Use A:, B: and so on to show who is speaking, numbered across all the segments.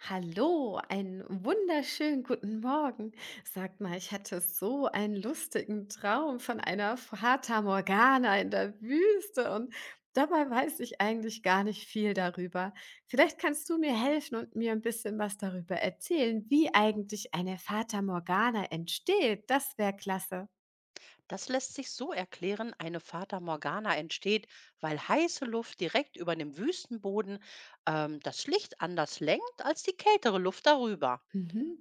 A: Hallo, einen wunderschönen guten Morgen. Sag mal, ich hatte so einen lustigen Traum von einer Fata Morgana in der Wüste und dabei weiß ich eigentlich gar nicht viel darüber. Vielleicht kannst du mir helfen und mir ein bisschen was darüber erzählen, wie eigentlich eine Fata Morgana entsteht. Das wäre klasse.
B: Das lässt sich so erklären, eine Fata Morgana entsteht, weil heiße Luft direkt über dem Wüstenboden das Licht anders lenkt als die kältere Luft darüber.
A: Mhm.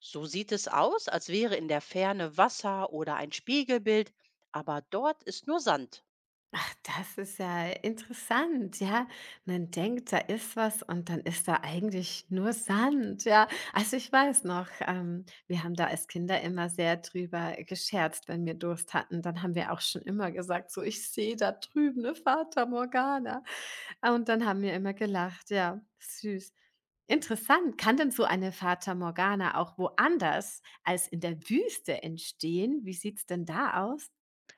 B: So sieht es aus, als wäre in der Ferne Wasser oder ein Spiegelbild, aber dort ist nur Sand.
A: Ach, das ist ja interessant, ja. Man denkt, da ist was und dann ist da eigentlich nur Sand, ja. Also, ich weiß noch, wir haben da als Kinder immer sehr drüber gescherzt, wenn wir Durst hatten. Dann haben wir auch schon immer gesagt, so: „Ich sehe da drüben eine Fata Morgana.“ Ah, und dann haben wir immer gelacht, ja, süß. Interessant, kann denn so eine Fata Morgana auch woanders als in der Wüste entstehen? Wie sieht's denn da aus?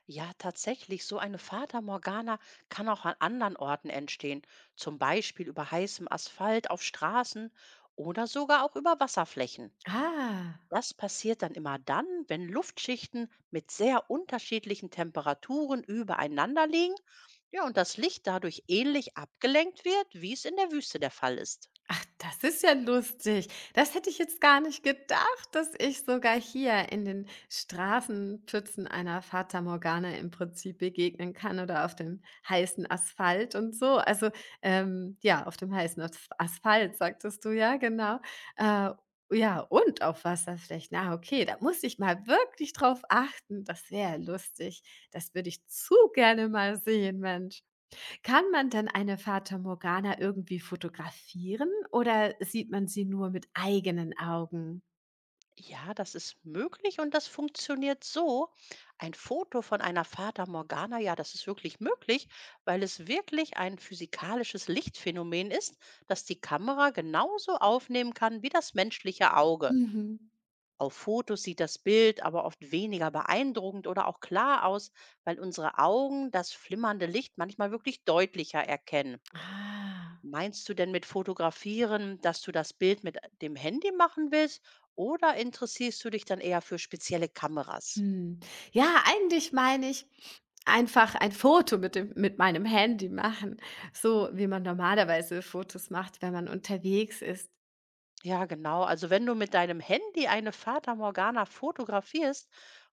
B: Ja, tatsächlich, so eine Fata Morgana kann auch an anderen Orten entstehen, zum Beispiel über heißem Asphalt auf Straßen oder sogar auch über Wasserflächen.
A: Ah.
B: Das passiert dann immer dann, wenn Luftschichten mit sehr unterschiedlichen Temperaturen übereinander liegen, ja, und das Licht dadurch ähnlich abgelenkt wird, wie es in der Wüste der Fall ist.
A: Ach, das ist ja lustig. Das hätte ich jetzt gar nicht gedacht, dass ich sogar hier in den Straßenpfützen einer Fata Morgana im Prinzip begegnen kann oder auf dem heißen Asphalt und so. Also, ja, auf dem heißen Asphalt, sagtest du ja, genau. Äh, ja, und auf Wasserflächen. Na okay, da muss ich mal wirklich drauf achten. Das wäre lustig. Das würde ich zu gerne mal sehen, Mensch. Kann man dann eine Fata Morgana irgendwie fotografieren oder sieht man sie nur mit eigenen Augen?
B: Ja, das ist möglich und das funktioniert so. Ein Foto von einer Fata Morgana, ja, das ist wirklich möglich, weil es wirklich ein physikalisches Lichtphänomen ist, das die Kamera genauso aufnehmen kann wie das menschliche Auge.
A: Mhm.
B: Auf Fotos sieht das Bild aber oft weniger beeindruckend oder auch klar aus, weil unsere Augen das flimmernde Licht manchmal wirklich deutlicher erkennen.
A: Ah,
B: Meinst du denn mit Fotografieren, dass du das Bild mit dem Handy machen willst oder interessierst du dich dann eher für spezielle Kameras?
A: hm. Ja, eigentlich meine ich einfach ein Foto mit dem mit meinem Handy machen, so wie man normalerweise Fotos macht, wenn man unterwegs ist.
B: Ja, genau. Also wenn du mit deinem Handy eine Fata Morgana fotografierst,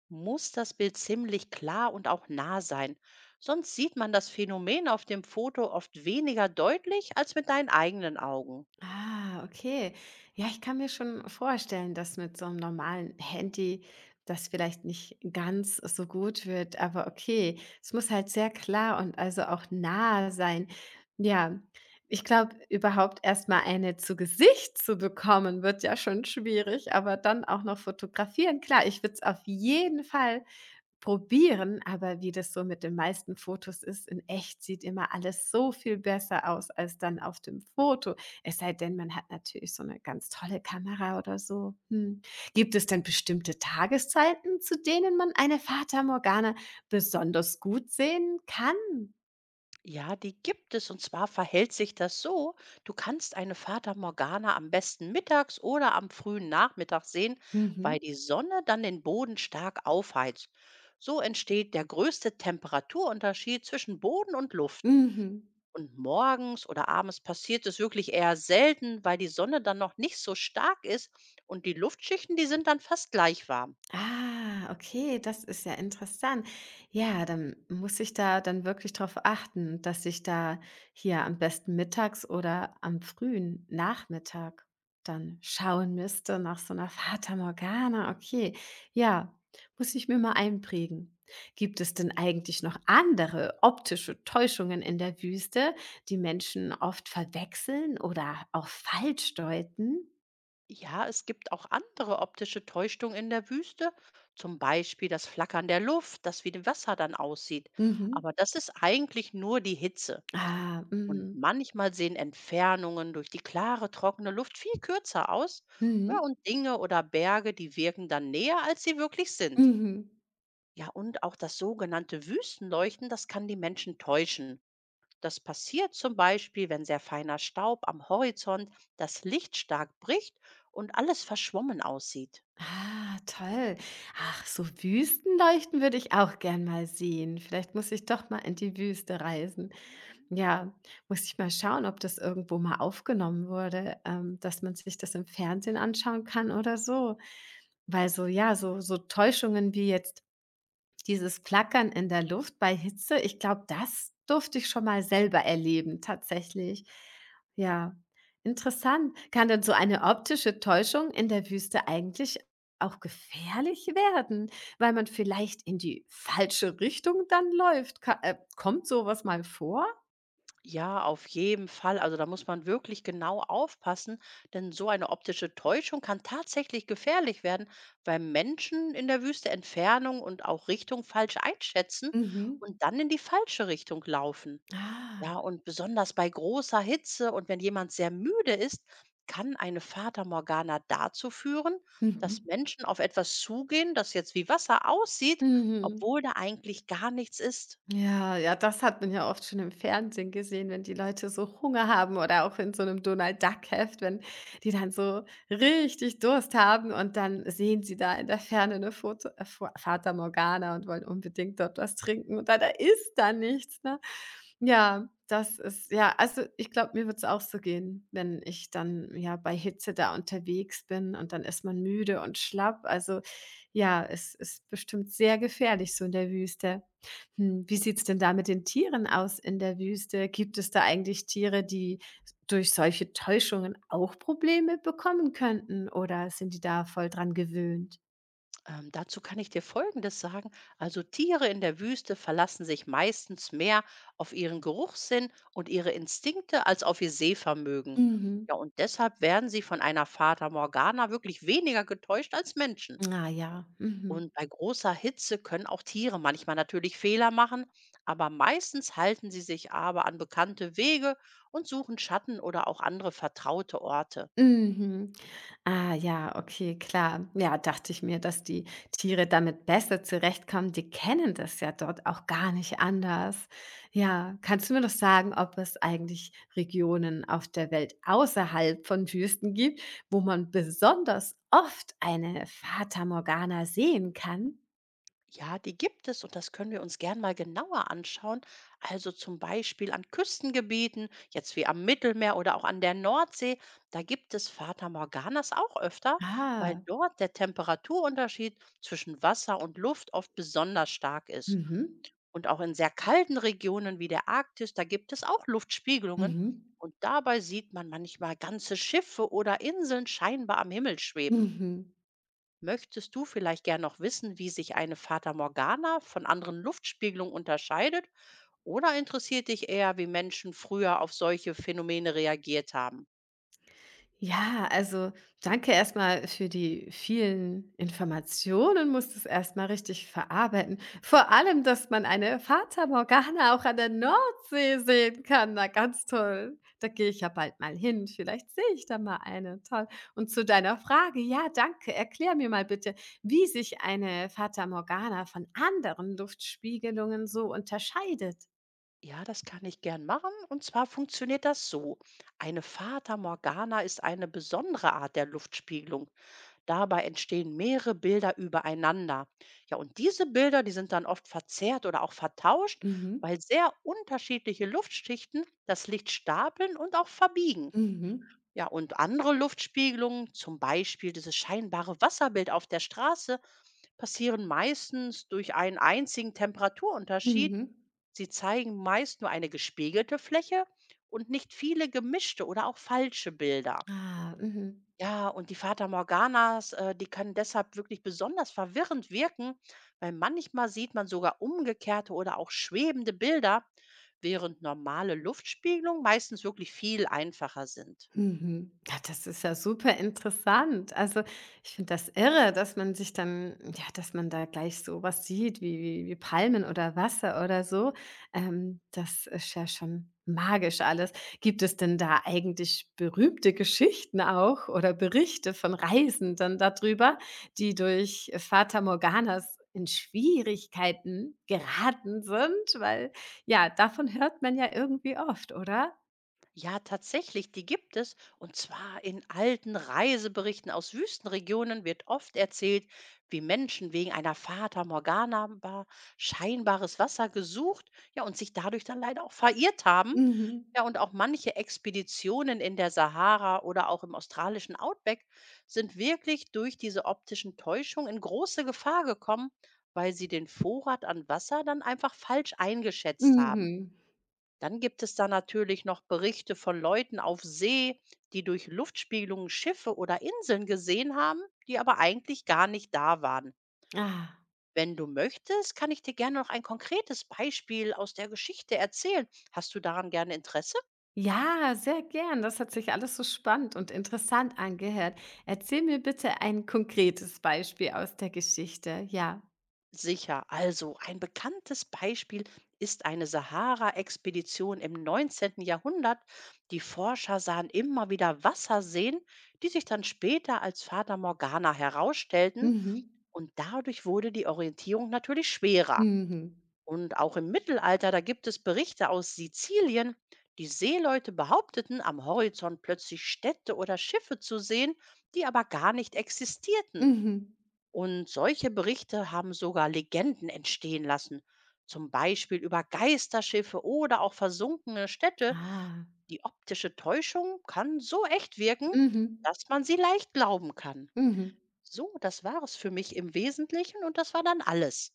B: muss das Bild ziemlich klar und auch nah sein. Sonst sieht man das Phänomen auf dem Foto oft weniger deutlich als mit deinen eigenen Augen.
A: Ah, okay. Ja, ich kann mir schon vorstellen, dass mit so einem normalen Handy das vielleicht nicht ganz so gut wird, aber okay, es muss halt sehr klar und also auch nah sein. Ja, ich glaube, überhaupt erst mal eine zu Gesicht zu bekommen, wird ja schon schwierig, aber dann auch noch fotografieren. Klar, ich würde es auf jeden Fall probieren, aber wie das so mit den meisten Fotos ist, in echt sieht immer alles so viel besser aus als dann auf dem Foto. Es sei denn, man hat natürlich so eine ganz tolle Kamera oder so. Hm. Gibt es denn bestimmte Tageszeiten, zu denen man eine Fata Morgana besonders gut sehen kann?
B: Ja, die gibt es und zwar verhält sich das so, du kannst eine Fata Morgana am besten mittags oder am frühen Nachmittag sehen,
A: Mhm.
B: weil die Sonne dann den Boden stark aufheizt. So entsteht der größte Temperaturunterschied zwischen Boden und Luft.
A: Mhm.
B: Und morgens oder abends passiert es wirklich eher selten, weil die Sonne dann noch nicht so stark ist und die Luftschichten, die sind dann fast gleich warm.
A: Ah, okay, das ist ja interessant. Ja, dann muss ich da dann wirklich darauf achten, dass ich da hier am besten mittags oder am frühen Nachmittag dann schauen müsste nach so einer Fata Morgana. Okay, ja, muss ich mir mal einprägen. Gibt es denn eigentlich noch andere optische Täuschungen in der Wüste, die Menschen oft verwechseln oder auch falsch deuten?
B: Ja, es gibt auch andere optische Täuschungen in der Wüste, zum Beispiel das Flackern der Luft, das wie dem Wasser dann aussieht.
A: Mhm.
B: Aber das ist eigentlich nur die Hitze.
A: Ah,
B: Und
A: mhm.
B: manchmal sehen Entfernungen durch die klare, trockene Luft viel kürzer aus. Ja,
A: Mhm.
B: und Dinge oder Berge, die wirken dann näher, als sie wirklich sind.
A: Mhm.
B: Ja, und auch das sogenannte Wüstenleuchten, das kann die Menschen täuschen. Das passiert zum Beispiel, wenn sehr feiner Staub am Horizont das Licht stark bricht und alles verschwommen aussieht.
A: Ah, toll. Ach, so Wüstenleuchten würde ich auch gern mal sehen. Vielleicht muss ich doch mal in die Wüste reisen. Ja, muss ich mal schauen, ob das irgendwo mal aufgenommen wurde, dass man sich das im Fernsehen anschauen kann oder so. Weil so, ja, so Täuschungen wie jetzt dieses Flackern in der Luft bei Hitze, ich glaube, das durfte ich schon mal selber erleben tatsächlich. Ja, interessant. Kann denn so eine optische Täuschung in der Wüste eigentlich auch gefährlich werden, weil man vielleicht in die falsche Richtung dann läuft? Ka kommt so was mal vor?
B: Ja, auf jeden Fall. Also da muss man wirklich genau aufpassen, denn so eine optische Täuschung kann tatsächlich gefährlich werden, weil Menschen in der Wüste Entfernung und auch Richtung falsch einschätzen
A: Mhm.
B: und dann in die falsche Richtung laufen.
A: Ah,
B: Ja, und besonders bei großer Hitze und wenn jemand sehr müde ist, kann eine Fata Morgana dazu führen, dass
A: mhm.
B: Menschen auf etwas zugehen, das jetzt wie Wasser aussieht,
A: Mhm.
B: obwohl da eigentlich gar nichts ist.
A: Ja, ja, das hat man ja oft schon im Fernsehen gesehen, wenn die Leute so Hunger haben oder auch in so einem Donald Duck Heft, wenn die dann so richtig Durst haben und dann sehen sie da in der Ferne eine Foto Fa Fata Morgana und wollen unbedingt dort was trinken und da ist da nichts, ne? Ja, das ist ja, also, ich glaube, mir würde es auch so gehen, wenn ich dann, ja, bei Hitze da unterwegs bin und dann ist man müde und schlapp. Also, ja, es ist bestimmt sehr gefährlich so in der Wüste. Hm, wie sieht's denn da mit den Tieren aus in der Wüste? Gibt es da eigentlich Tiere, die durch solche Täuschungen auch Probleme bekommen könnten oder sind die da voll dran gewöhnt?
B: Dazu kann ich dir Folgendes sagen. Also Tiere in der Wüste verlassen sich meistens mehr auf ihren Geruchssinn und ihre Instinkte als auf ihr Sehvermögen.
A: Mhm.
B: Ja, und deshalb werden sie von einer Fata Morgana wirklich weniger getäuscht als Menschen.
A: Ah ja, mhm.
B: Und bei großer Hitze können auch Tiere manchmal natürlich Fehler machen, aber meistens halten sie sich aber an bekannte Wege und suchen Schatten oder auch andere vertraute Orte.
A: Mhm. Ah ja, okay, klar. Ja, dachte ich mir, dass die Tiere damit besser zurechtkommen. Die kennen das ja dort auch gar nicht anders. Ja, kannst du mir noch sagen, ob es eigentlich Regionen auf der Welt außerhalb von Wüsten gibt, wo man besonders oft eine Fata Morgana sehen kann?
B: Ja, die gibt es und das können wir uns gern mal genauer anschauen. Also zum Beispiel an Küstengebieten, jetzt wie am Mittelmeer oder auch an der Nordsee, da gibt es Fata Morganas auch öfter, weil
A: Ah,
B: dort der Temperaturunterschied zwischen Wasser und Luft oft besonders stark ist.
A: mhm,
B: Und auch in sehr kalten Regionen wie der Arktis, da gibt es auch Luftspiegelungen.
A: mhm,
B: Und dabei sieht man manchmal ganze Schiffe oder Inseln scheinbar am Himmel schweben.
A: mhm.
B: Möchtest du vielleicht gern noch wissen, wie sich eine Fata Morgana von anderen Luftspiegelungen unterscheidet? Oder interessiert dich eher, wie Menschen früher auf solche Phänomene reagiert haben?
A: Ja, also danke erstmal für die vielen Informationen, muss das erstmal richtig verarbeiten. Vor allem, dass man eine Fata Morgana auch an der Nordsee sehen kann. Na, ganz toll. Da gehe ich ja bald mal hin. Vielleicht sehe ich da mal eine. Toll. Und zu deiner Frage, ja, danke. Erklär mir mal bitte, wie sich eine Fata Morgana von anderen Luftspiegelungen so unterscheidet.
B: Ja, das kann ich gern machen. Und zwar funktioniert das so. Eine Fata Morgana ist eine besondere Art der Luftspiegelung. Dabei entstehen mehrere Bilder übereinander. Ja, und diese Bilder, die sind dann oft verzerrt oder auch vertauscht,
A: Mhm.
B: weil sehr unterschiedliche Luftschichten das Licht stapeln und auch verbiegen.
A: Mhm.
B: Ja, und andere Luftspiegelungen, zum Beispiel dieses scheinbare Wasserbild auf der Straße, passieren meistens durch einen einzigen Temperaturunterschied.
A: Mhm.
B: Sie zeigen meist nur eine gespiegelte Fläche und nicht viele gemischte oder auch falsche Bilder.
A: Ah, mhm.
B: Ja, und die Fata Morganas, die können deshalb wirklich besonders verwirrend wirken, weil manchmal sieht man sogar umgekehrte oder auch schwebende Bilder, während normale Luftspiegelungen meistens wirklich viel einfacher sind.
A: Mhm. Ja, das ist ja super interessant. Also, ich finde das irre, dass man sich dann ja, dass man da gleich so was sieht wie wie Palmen oder Wasser oder so. Das ist ja schon magisch alles. Gibt es denn da eigentlich berühmte Geschichten auch oder Berichte von Reisenden da drüber, die durch Fata Morganas in Schwierigkeiten geraten sind? Weil ja, davon hört man ja irgendwie oft, oder?
B: Ja, tatsächlich, die gibt es. Und zwar in alten Reiseberichten aus Wüstenregionen wird oft erzählt, wie Menschen wegen einer Fata Morgana scheinbares Wasser gesucht, ja, und sich dadurch dann leider auch verirrt haben.
A: Mhm.
B: Ja, und auch manche Expeditionen in der Sahara oder auch im australischen Outback sind wirklich durch diese optischen Täuschung in große Gefahr gekommen, weil sie den Vorrat an Wasser dann einfach falsch eingeschätzt haben.
A: Mhm.
B: Dann gibt es da natürlich noch Berichte von Leuten auf See, die durch Luftspiegelungen Schiffe oder Inseln gesehen haben, die aber eigentlich gar nicht da waren.
A: Ah,
B: Wenn du möchtest, kann ich dir gerne noch ein konkretes Beispiel aus der Geschichte erzählen. Hast du daran gerne Interesse?
A: ja, sehr gern. Das hat sich alles so spannend und interessant angehört. Erzähl mir bitte ein konkretes Beispiel aus der Geschichte. Ja.
B: Sicher. Also, ein bekanntes Beispiel ist eine Sahara-Expedition im 19. Jahrhundert. Die Forscher sahen immer wieder Wasserseen, die sich dann später als Fata Morgana herausstellten.
A: Mhm.
B: Und dadurch wurde die Orientierung natürlich schwerer.
A: Mhm.
B: Und auch im Mittelalter, da gibt es Berichte aus Sizilien, die Seeleute behaupteten, am Horizont plötzlich Städte oder Schiffe zu sehen, die aber gar nicht existierten.
A: Mhm.
B: Und solche Berichte haben sogar Legenden entstehen lassen, zum Beispiel über Geisterschiffe oder auch versunkene Städte.
A: Ah.
B: Die optische Täuschung kann so echt wirken,
A: Mhm.
B: dass man sie leicht glauben kann.
A: Mhm.
B: So, das war es für mich im Wesentlichen und das war dann alles.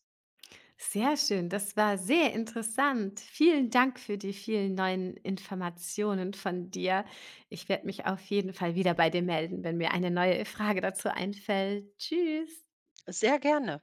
A: Sehr schön. Das war sehr interessant. Vielen Dank für die vielen neuen Informationen von dir. Ich werde mich auf jeden Fall wieder bei dir melden, wenn mir eine neue Frage dazu einfällt. Tschüss.
B: Sehr gerne.